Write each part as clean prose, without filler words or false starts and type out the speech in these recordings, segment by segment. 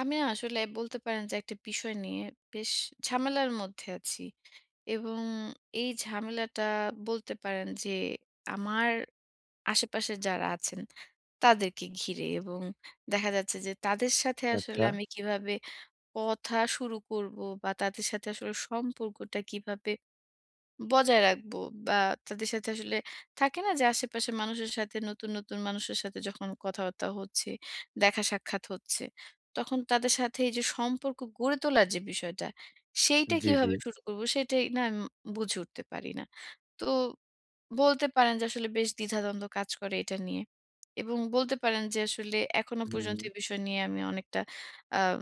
আমি না আসলে বলতে পারেন যে একটা বিষয় নিয়ে বেশ ঝামেলার মধ্যে আছি। এবং এই ঝামেলাটা বলতে পারেন যে আমার আশেপাশে যারা আছেন তাদেরকে ঘিরে, এবং দেখা যাচ্ছে যে তাদের সাথে আসলে আচ্ছা। আমি কিভাবে কথা শুরু করব, বা তাদের সাথে আসলে সম্পর্কটা কিভাবে বজায় রাখবো, বা তাদের সাথে আসলে থাকে না যে আশেপাশের মানুষের সাথে, নতুন নতুন মানুষের সাথে যখন কথাবার্তা হচ্ছে, দেখা সাক্ষাৎ হচ্ছে, তখন তাদের সাথে এই যে সম্পর্ক গড়ে তোলার যে বিষয়টা, সেইটা জি, জি। কিভাবে শুরু করব সেটাই না আমি বুঝে উঠতে পারি না। তো বলতে পারেন যে আসলে বেশ দ্বিধাদ্বন্দ্ব কাজ করে এটা নিয়ে। এবং বলতে পারেন যে আসলে এখনো হুম। পর্যন্ত এই বিষয় নিয়ে আমি অনেকটা আম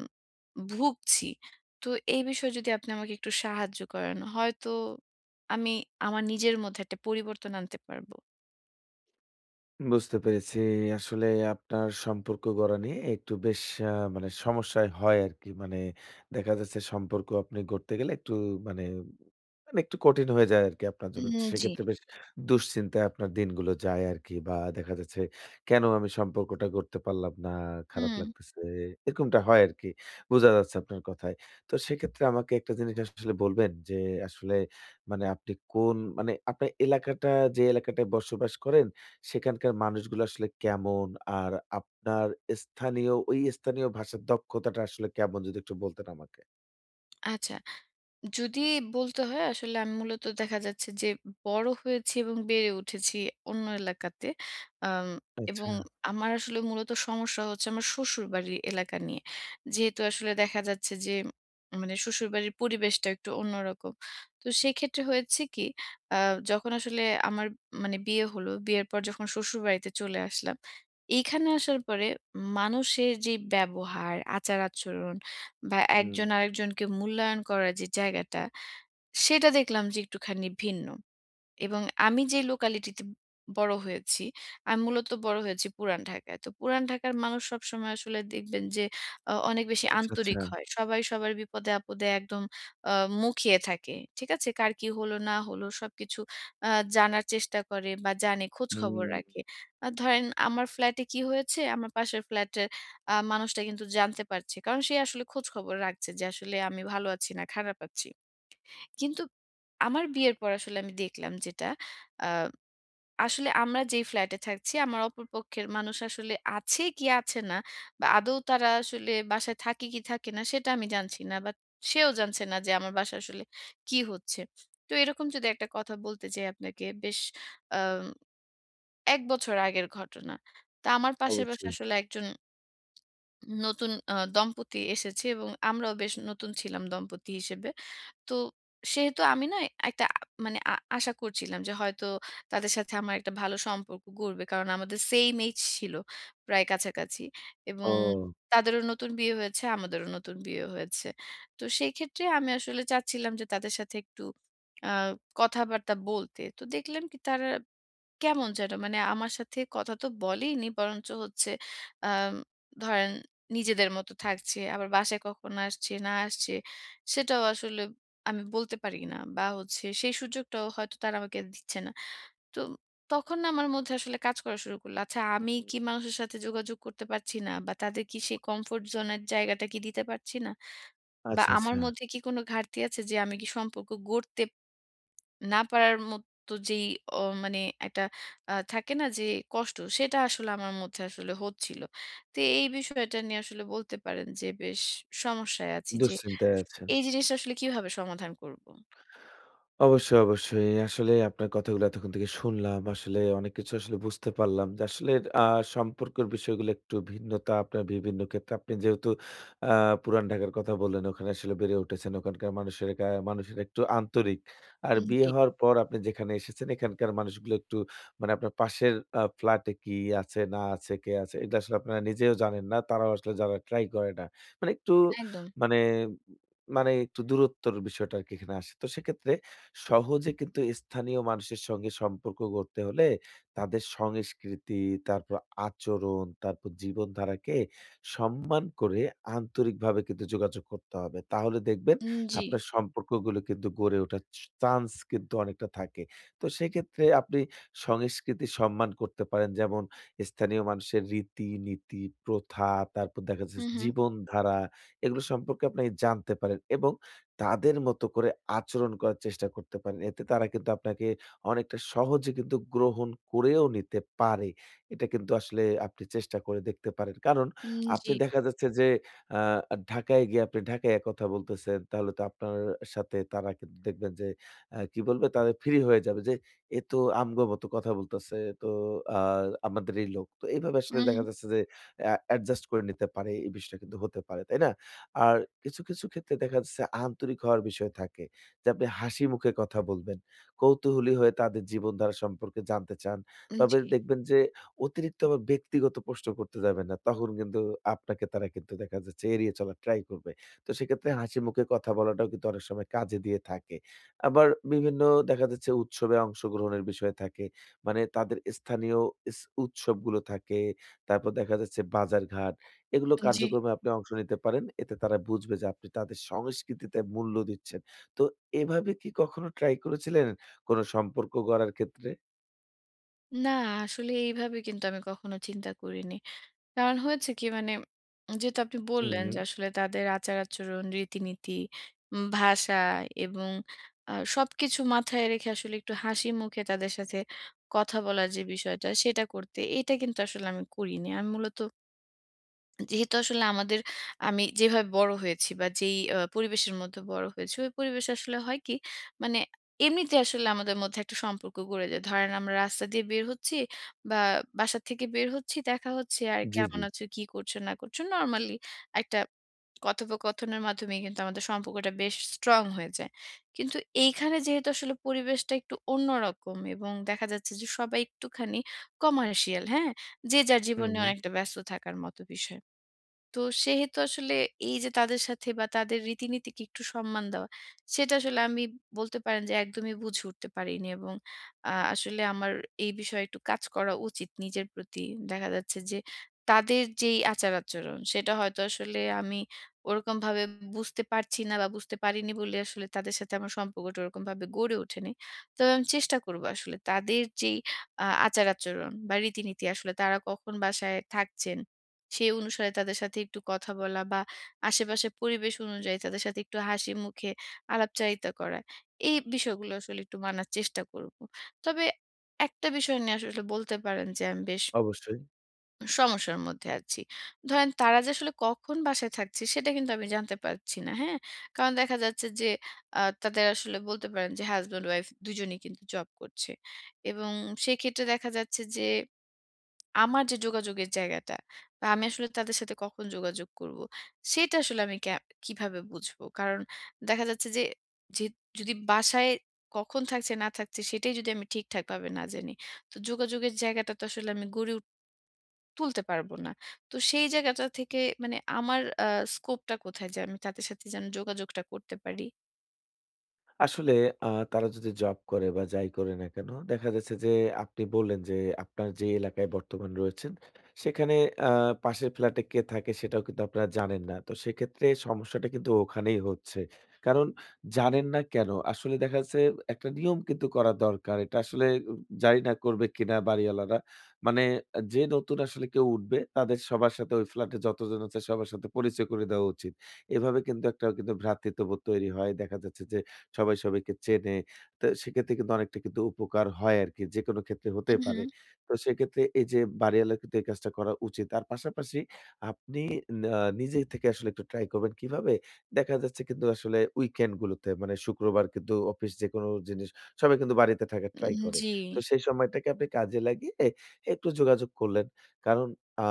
ভুগছি। তো এই বিষয়ে যদি আপনি আমাকে একটু সাহায্য করেন, হয়তো আমি আমার নিজের মধ্যে একটা পরিবর্তন আনতে পারব। বুঝতে পেরেছি। আসলে আপনার সম্পর্ক গড়া নিয়ে একটু বেশ মানে সমস্যায় হয় আরকি। মানে দেখা যাচ্ছে সম্পর্ক আপনি গড়তে গেলে একটু মানে, মানে, একটু কঠিন হয়ে যায় আরকি আপনার জন্য। উম জি। সেক্ষেত্রে বেশ দুশ্চিন্তায় আপনার দিনগুলো যায় আরকি বা দেখা যাচ্ছে কেন আমি সম্পর্কটা গড়তে পারলাম না, খারাপ হুম, লাগতেছে। এরকমটা হয় আরকি। বোঝা যাচ্ছে আপনার কথায়। তো সেক্ষেত্রে আমাকে একটা জিনিস আসলে বলবেন যে আসলে মানে আপনি কোন মানে আপনার এলাকাটা যে এলাকাটায় বসবাস করেন সেখানকার মানুষগুলো আসলে কেমন? আর আপনার ওই স্থানীয় ভাষার দক্ষতাটা আসলে কেমন যদি একটু বলতেন আমাকে? আচ্ছা। যদি বলতে হয় আসলে আমি মূলত দেখা যাচ্ছে যে বড় হয়েছি এবং বেড়ে উঠেছি অন্য এলাকাতে। আম আচ্ছা। এবং আমার আসলে মূলত সমস্যা হচ্ছে আমার শ্বশুরবাড়ির এলাকা নিয়ে। যেহেতু আসলে দেখা যাচ্ছে যে মানে শ্বশুরবাড়ির পরিবেশটা একটু অন্যরকম। তো সেক্ষেত্রে হয়েছে কি, আ যখন আসলে আমার, মানে বিয়ে হলো, বিয়ের পর যখন শ্বশুরবাড়িতে চলে আসলাম, এইখানে আসার পরে মানুষের যে ব্যবহার, আচার-আচরণ বা হুম। একজন আরেকজনকে মূল্যায়ন করার যে জায়গাটা, সেটা দেখলাম যে একটুখানি ভিন্ন। এবং আমি যে লোকালিটিতে বড় হয়েছি, আমি মূলত বড় হয়েছি পুরান ঢাকায়। তো পুরান ঢাকার মানুষ সবসময় আসলে দেখবেন যে অনেক বেশি আচ্ছা, আচ্ছা। আন্তরিক হয়। সবাই সবার বিপদে আপদে একদম আ মুখিয়ে থাকে। ঠিক আছে? কার কি হলো না হলো সবকিছু আ জানার চেষ্টা করে বা জানে, খোঁজ খবর হুম, রাখে। ধরেন, আমার ফ্ল্যাটে কি হয়েছে আমার পাশের ফ্ল্যাটের মানুষটা কিন্তু জানতে পারছে। কারণ সে আসলে খোঁজ খবর রাখছে যে আসলে আমি ভালো আছি না খারাপ আছি। কিন্তু আমার বিয়ের পর আসলে আমি দেখলাম যেটা, আ আসলে আমরা যেই ফ্ল্যাটে থাকছি, আমার অপর পক্ষের মানুষ আসলে আছে কি আছে না, বা আদৌ তারা আসলে বাসায় থাকে কি থাকে না সেটা আমি জানছি না, বা সেও জানছে না যে আমার বাসায় আসলে কি হচ্ছে। তো এরকম যদি একটা কথা বলতে যাই আপনাকে, বেশ আ ১ বছর আগের ঘটনা। তা আমার পাশের বাসায় অবশ্যই। আসলে একজন নতুন দম্পতি এসেছে, এবং আমরাও বেশ নতুন ছিলাম দম্পতি হিসেবে। তো সেহেতু আমি না একটা, মানে আশা করছিলাম যে হয়তো তাদের সাথে আমার একটা ভালো সম্পর্ক গড়বে। কারণ আমাদের সেইম এইজ ছিল, প্রায় কাছাকাছি। এবং ও! তাদেরও নতুন বিয়ে হয়েছে, আমাদেরও নতুন বিয়ে হয়েছে। তো সেই ক্ষেত্রে আমি আসলে চাচ্ছিলাম যে তাদের সাথে একটু আ কথাবার্তা বলতে। তো দেখলাম কি, তারা কেমন যেন, মানে আমার সাথে কথা তো বলেইনি, বরঞ্চ হচ্ছে আম ধরেন নিজেদের মতো থাকছে। আবার বাসায় কখন আসছে, না আসছে সেটাও আসলে আমি বলতে পারি না, বা হচ্ছে সেই সুযোগটাও হয়তো তারা আমাকে দিচ্ছে না। তো তখন না আমার মধ্যে আসলে কাজ করা শুরু করলো। আচ্ছা, আমি হুম। কি মানুষের সাথে যোগাযোগ করতে পারছি না? বা তাদের কি সেই কমফোর্ট জোন এর জায়গাটা কি দিতে পারছি না? বা আচ্ছা, আমার আচ্ছা। মধ্যে কি কোনো ঘাটতি আছে যে আমি কি সম্পর্ক গড়তে না পারার মতো যেই অ মানে একটা থাকে না যে কষ্ট, সেটা আসলে আমার মধ্যে আসলে হচ্ছিল। তো এই বিষয়টা নিয়ে আসলে বলতে পারেন যে বেশ সমস্যায় আছি যে দুশ্চিন্তায় আছেন। এই জিনিসটা আসলে কিভাবে সমাধান করব? অবশ্যই, অবশ্যই। আসলে আপনার কথাগুলো এতক্ষণ থেকে শুনলাম। আসলে অনেক কিছু আসলে বুঝতে পারলাম যে আসলে আ সম্পর্কের বিষয়গুলো একটু ভিন্নতা আপনার বিভিন্ন ক্ষেত্রে। আপনি যেহেতু আ পুরান ঢাকার কথা বললেন, ওখানে আসলে বেড়ে উঠেছেন। ওখানকার মানুষেরা একটু আন্তরিক। আর উম বিয়ে হওয়ার পর আপনি যেখানে এসেছেন এখানকার মানুষগুলো একটু মানে আপনার পাশের ফ্ল্যাটে কি আছে না আছে, কে আছে এটা আসলে আপনারা নিজেও জানেন না। তারাও আসলে যারা ট্রাই করে না। মানে একটু একদম। মানে মানে একটু দূরত্বর বিষয়টা আরকি এখানে আসে। তো সেক্ষেত্রে সহজে কিন্তু স্থানীয় মানুষের সঙ্গে সম্পর্ক গড়তে হলে তাদের সংস্কৃতি, তারপর আচরণ, তারপর জীবনধারাকে সম্মান করে আন্তরিকভাবে কিন্তু যোগাযোগ করতে হবে। তাহলে দেখবেন উম জি। আপনার সম্পর্কগুলো কিন্তু গড়ে ওঠার চান্স কিন্তু অনেকটা থাকে। তো সেক্ষেত্রে আপনি সংস্কৃতি সম্মান করতে পারেন। যেমন স্থানীয় মানুষের রীতি, নীতি, প্রথা, তারপর দেখা যাচ্ছে হুম, হুম। জীবনধারা এগুলো সম্পর্কে আপনি জানতে পারেন এবং তাদের মতো করে আচরণ করার চেষ্টা করতে পারেন। এতে তারা কিন্তু আপনাকে অনেকটা সহজে কিন্তু গ্রহণ করেও নিতে পারে। এটা কিন্তু আসলে আপনি চেষ্টা করে দেখতে পারেন। কারণ উম আপনি জি। দেখা যাচ্ছে যে আ ঢাকায় গিয়ে আপনি ঢাকাইয়া কথা বলতেছেন, তাহলে তো আপনার সাথে তারা কিন্তু দেখবেন যে কি বলবে? তাদের ফ্রি হয়ে যাবে যে, "এ তো আমগো মতো কথা বলতেছে। তো আ আমাদেরই লোক।" তো এইভাবে আসলে উম দেখা হুম। যাচ্ছে যে অ্যাডজাস্ট করে নিতে পারে। এই বিষয়টা কিন্তু হতে পারে। তাই না? আর কিছু ক্ষেত্রে দেখা যাচ্ছে আন্তরিক হওয়ার বিষয় থাকে যে আপনি হাসি মুখে কথা বলবেন। কৌতূহলী হয়ে তাদের জীবনধারা সম্পর্কে জানতে চান। জি, তবে দেখবেন যে অতিরিক্ত আবার ব্যক্তিগত প্রশ্ন করতে যাবেন না। তখন কিন্তু আপনাকে তারা কিন্তু দেখা যাচ্ছে এড়িয়ে চলার ট্রাই করবে। তো সেক্ষেত্রে হাসি মুখে কথা বলাটাও কিন্তু অনেক সময় কাজে দিয়ে থাকে। আবার বিভিন্ন দেখা যাচ্ছে উৎসবে অংশগ্রহণের বিষয় থাকে। মানে তাদের স্থানীয় ইস উৎসবগুলো থাকে। তারপর দেখা যাচ্ছে বাজারঘাট এগুলো জি। কার্যক্রমে আপনি অংশ নিতে পারেন। এতে তারা বুঝবে যে আপনি তাদের সংস্কৃতিতে মূল্য দিচ্ছেন। তো এভাবে কি কখনো ট্রাই করেছিলেন কোন সম্পর্ক গড়ার ক্ষেত্রে? না, আসলে এইভাবে কিন্তু আমি কখনো চিন্তা করিনি। কারণ হয়েছে কি, মানে যেহেতু আপনি বললেন হুম, যে আসলে তাদের আচার-আচরণ, রীতিনীতি, ভাষা এবং সবকিছু মাথায় রেখে আসলে একটু হাসি মুখে তাদের সাথে কথা বলার যে বিষয়টা সেটা করতে, এটা কিন্তু আসলে আমি করিনি। আমি মূলত যেহেতু আসলে আমাদের, আমি যেভাবে বড় হয়েছি বা যেই পরিবেশের মধ্যে বড় হয়েছি, ওই পরিবেশ আসলে হয় কি, মানে এমনিতে আসলে আমাদের মধ্যে একটা সম্পর্ক গড়ে যায়। ধরেন আমরা রাস্তা দিয়ে বের হচ্ছি বা বাসা থেকে বের হচ্ছি, দেখা হচ্ছে আর জি, জি। কেমন আছো, কি করছো না করছো, নরমালি একটা কথোপকথনের মাধ্যমেই কিন্তু আমাদের সম্পর্কটা বেশ স্ট্রং হয়ে যায়। কিন্তু এইখানে যেহেতু আসলে পরিবেশটা একটু অন্যরকম, এবং দেখা যাচ্ছে যে সবাই একটুখানি কমার্শিয়াল, হ্যাঁ? যে যার হুম, জীবনে হুম। অনেকটা ব্যস্ত থাকার মতো বিষয়। তো সেহেতু আসলে এই যে তাদের সাথে বা তাদের রীতিনীতিকে একটু সম্মান দেওয়া, সেটা আসলে আমি বলতে পারেন যে একদমই বুঝে উঠতে পারিনি, এবং আসলে আমার এই বিষয়ে একটু কাজ করা উচিত নিজের প্রতি। দেখা যাচ্ছে যে তাদের যেই আচার-আচরণ সেটা হয়তো আসলে আমি ওরকমভাবে বুঝতে পারছি না, বা বুঝতে পারিনি বলে আসলে তাদের সাথে আমার সম্পর্কটা ওরকমভাবে গড়ে ওঠেনি। তবে আমি চেষ্টা করব আসলে তাদের যেই আচার-আচরণ বা রীতিনীতি, আসলে তারা কখন বাসায় থাকছেন সেই অনুসারে তাদের সাথে একটু কথা বলা, বা আশেপাশের পরিবেশ অনুযায়ী তাদের সাথে একটু হাসি মুখে আলাপচারিতা করা। এই বিষয়গুলো আসলে একটু মানার চেষ্টা করব। তবে একটা বিষয় নিয়ে আসলে বলতে পারেন যে আমি বেশ অবশ্যই। সমস্যার মধ্যে আছি। ধরেন তারা যে আসলে কখন বাসায় থাকছে সেটা কিন্তু আমি জানতে পারছি না, হ্যাঁ? কারণ দেখা যাচ্ছে যে তাদের আসলে বলতে পারেন যে হাসব্যান্ড ওয়াইফ দুজনেই কিন্তু জব করছে। এবং সেক্ষেত্রে দেখা যাচ্ছে যে আমার যে যোগাযোগের জায়গাটা, বা আমি আসলে তাদের সাথে কখন যোগাযোগ করব সেটা আসলে আমি কিভাবে বুঝবো? কারণ দেখা যাচ্ছে যে যে যদি বাসায় কখন থাকছে না থাকছে সেটাই যদি আমি ঠিকঠাক ভাবে না জানি, তো যোগাযোগের জায়গাটা তো আসলে আমি গড়ে তুলতে পারবো না। তো সেই জায়গাটা থেকে, মানে আমার স্কোপটা কোথায় যে আমি তাদের সাথে যেন যোগাযোগটা করতে পারি? আসলে আ তারা যদি জব করে বা যাই করে না কেন, দেখা যাচ্ছে যে আপনি বললেন যে আপনার যে এলাকায় বর্তমানে রয়েছেন, সেখানে আ পাশের ফ্ল্যাটে কে থাকে সেটাও কিন্তু আপনারা জানেন না। তো সেক্ষেত্রে সমস্যাটা কিন্তু ওখানেই হচ্ছে। কারণ জানেন না কেন? আসলে দেখা যাচ্ছে একটা নিয়ম কিন্তু করা দরকার। এটা আসলে জানি না করবে কিনা বাড়িওয়ালারা। মানে যে নতুন আসলে কেউ উঠবে তাদের সবার সাথে ওই ফ্ল্যাটে যতজন আছে সবার সাথে পরিচয় করে দেওয়া উচিত। এভাবে কিন্তু একটা কিন্তু ভ্রাতৃত্ববোধ তৈরি হয়। দেখা যাচ্ছে যে সবাই সবাইকে চেনে। তো সেক্ষেত্রে কিন্তু অনেকটা কিন্তু উপকার হয় আরকি। যেকোনো ক্ষেত্রে হতে হুম, পারে। হুম। তো সেক্ষেত্রে এই যে বাড়িওয়ালার কিন্তু এই কাজটা করা উচিত। আর পাশাপাশি আপনি না নিজে থেকে আসলে একটু ট্রাই করবেন কিভাবে? দেখা যাচ্ছে কিন্তু আসলে উইকেন্ড গুলোতে মানে শুক্রবার কিন্তু অফিস যেকোনো জিনিস সবাই কিন্তু বাড়িতে থাকার ট্রাই উম, করে। জি। তো সেই সময়টাকে আপনি কাজে লাগিয়ে একটু যোগাযোগ করলেন। কারণ আ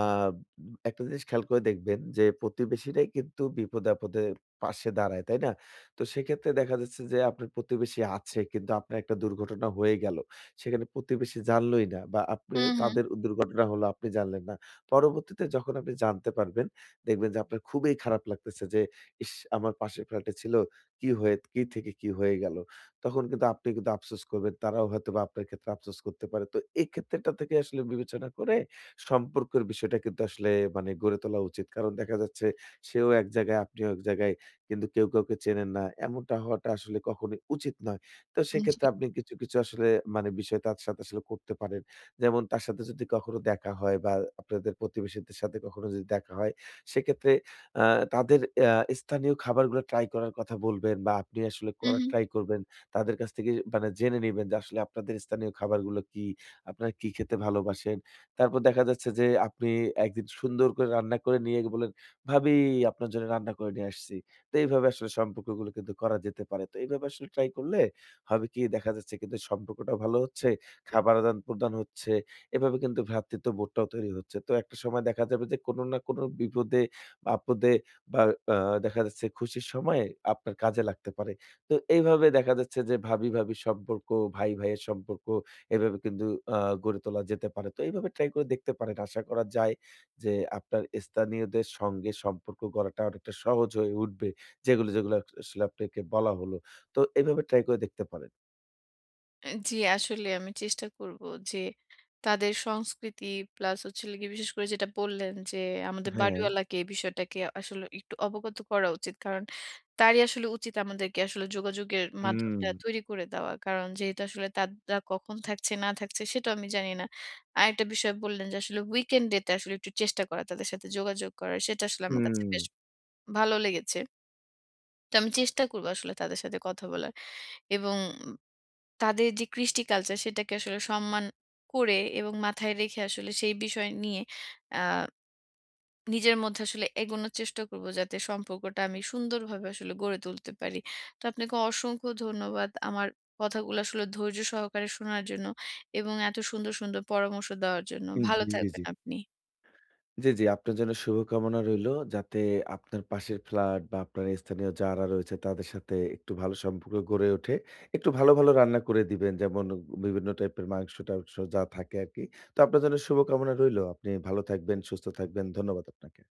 একটা জিনিস খেয়াল করে দেখবেন যে প্রতিবেশীরাই কিন্তু বিপদে-আপদে পাশে দাঁড়ায়, তাই না? তো সেক্ষেত্রে দেখা যাচ্ছে যে আপনার প্রতিবেশী আছে কিন্তু আপনার একটা দুর্ঘটনা হয়ে গেল। সেখানে প্রতিবেশী জানলই না বা আপনি হুম, হুম। তাদের দুর্ঘটনা হলো আপনি জানলেন না। পরবর্তীতে যখন আপনি জানতে পারবেন, দেখবেন যে আপনার খুবই খারাপ লাগতেছে যে, "ইস! আমার পাশের ফ্ল্যাটে ছিল, কি হয়ে কি থেকে কি হয়ে গেল?" তখন কিন্তু আপনি কিন্তু আফসোস করবেন। তারাও হয়তোবা আপনার ক্ষেত্রে আফসোস করতে পারে। তো এই ক্ষেত্রেটা থেকে আসলে বিবেচনা করে সম্পর্কের বিষয়টা কিন্তু আসলে মানে গড়ে তোলা উচিত। কারণ দেখা যাচ্ছে সেও এক জায়গায়, আপনিও এক জায়গায়। কিন্তু কেউ কাউকে চেনেন না। এমনটা হওয়াটা আসলে কখনোই উচিত নয়। তো জি। সেক্ষেত্রে আপনি কিছু আসলে মানে বিষয় তার সাথে আসলে করতে পারেন। যেমন তার সাথে যদি কখনো দেখা হয় বা আপনাদের প্রতিবেশীদের সাথে কখনো যদি দেখা হয়, সেক্ষেত্রে আ তাদের আ স্থানীয় খাবারগুলো ট্রাই করার কথা বলবেন বা আপনি আসলে হুম, করার হুম। ট্রাই করবেন। তাদের কাছ থেকে মানে জেনে নিবেন যে আসলে আপনাদের স্থানীয় খাবারগুলো কি? আপনারা কি খেতে ভালোবাসেন? তারপর দেখা যাচ্ছে যে আপনি একদিন সুন্দর করে রান্না করে নিয়ে গিয়ে বলেন, "ভাবি আপনার জন্য রান্না করে নিয়ে আসছি।" তো এইভাবে আসলে সম্পর্কগুলো কিন্তু করা যেতে পারে। তো এইভাবে আসলে ট্রাই করলে হবে কি দেখা যাচ্ছে কিন্তু সম্পর্কটাও ভালো হচ্ছে, খাবার আদান-প্রদান হচ্ছে। এভাবে কিন্তু ভ্রাতৃত্ববোধটাও তৈরি হচ্ছে। তো একটা সময় দেখা যাবে যে কোনো না কোনো বিপদে, বা আপদে বা আ দেখা যাচ্ছে খুশির সময়ে আপনার কাজে লাগতে পারে। তো এইভাবে দেখা যাচ্ছে যে ভাবি-ভাবির সম্পর্ক, ভাই-ভাইয়ের সম্পর্ক এভাবে কিন্তু আ গড়ে তোলা যেতে পারে। তো এইভাবে ট্রাই করে দেখতে পারেন। আশা করা যায় যে আপনার স্থানীয়দের সঙ্গে সম্পর্ক গড়াটা অনেকটা সহজ হয়ে উঠবে। যেগুলো আসলে আপনাকে বলা হলো। তো এভাবে ট্রাই করে দেখতে পারেন। জি, আসলে আমি চেষ্টা করব যে তাদের সংস্কৃতি, প্লাস হচ্ছে হলো গিয়ে বিশেষ করে যেটা বললেন যে, আমাদের হ্যাঁ। বাড়িওয়ালাকে এই বিষয়টাকে আসলে একটু অবগত করা উচিত। কারণ তারই আসলে উচিত আমাদেরকে আসলে যোগাযোগের হুম, মাধ্যমটা তৈরি করে দেওয়া। কারণ যেহেতু আসলে তারা কখন থাকছে না থাকছে সেটাও আমি জানি না। আরেকটা বিষয় বললেন যে আসলে উইকেন্ডে তে আসলে একটু চেষ্টা করা তাদের সাথে যোগাযোগ করার, সেটা আসলে আমার কাছে হুম। বেশ ভালো লেগেছে। তো আমি চেষ্টা করব আসলে তাদের সাথে কথা বলার এবং তাদের যে কৃষ্টি কালচার সেটাকে আসলে সম্মান করে এবং মাথায় রেখে আসলে সেই বিষয় নিয়ে আ নিজের মধ্যে আসলে এগোনোর চেষ্টা করব, যাতে সম্পর্কটা আমি সুন্দরভাবে আসলে গড়ে তুলতে পারি। তো আপনাকে অসংখ্য ধন্যবাদ আমার কথাগুলো আসলে ধৈর্য সহকারে শোনার জন্য এবং এত সুন্দর, সুন্দর পরামর্শ দেওয়ার জন্য। ভালো জি, থাকবেন জি। আপনি। জি, জি। আপনার জন্য শুভকামনা রইলো যাতে আপনার পাশের ফ্ল্যাট বা আপনার স্থানীয় যারা রয়েছে তাদের সাথে একটু ভালো সম্পর্ক গড়ে ওঠে। একটু ভালো রান্না করে দিবেন। যেমন বিভিন্ন টাইপের মাংস-টাংস যা থাকে আরকি। তো আপনার জন্য শুভকামনা রইলো। আপনি ভালো থাকবেন, সুস্থ থাকবেন। ধন্যবাদ আপনাকে।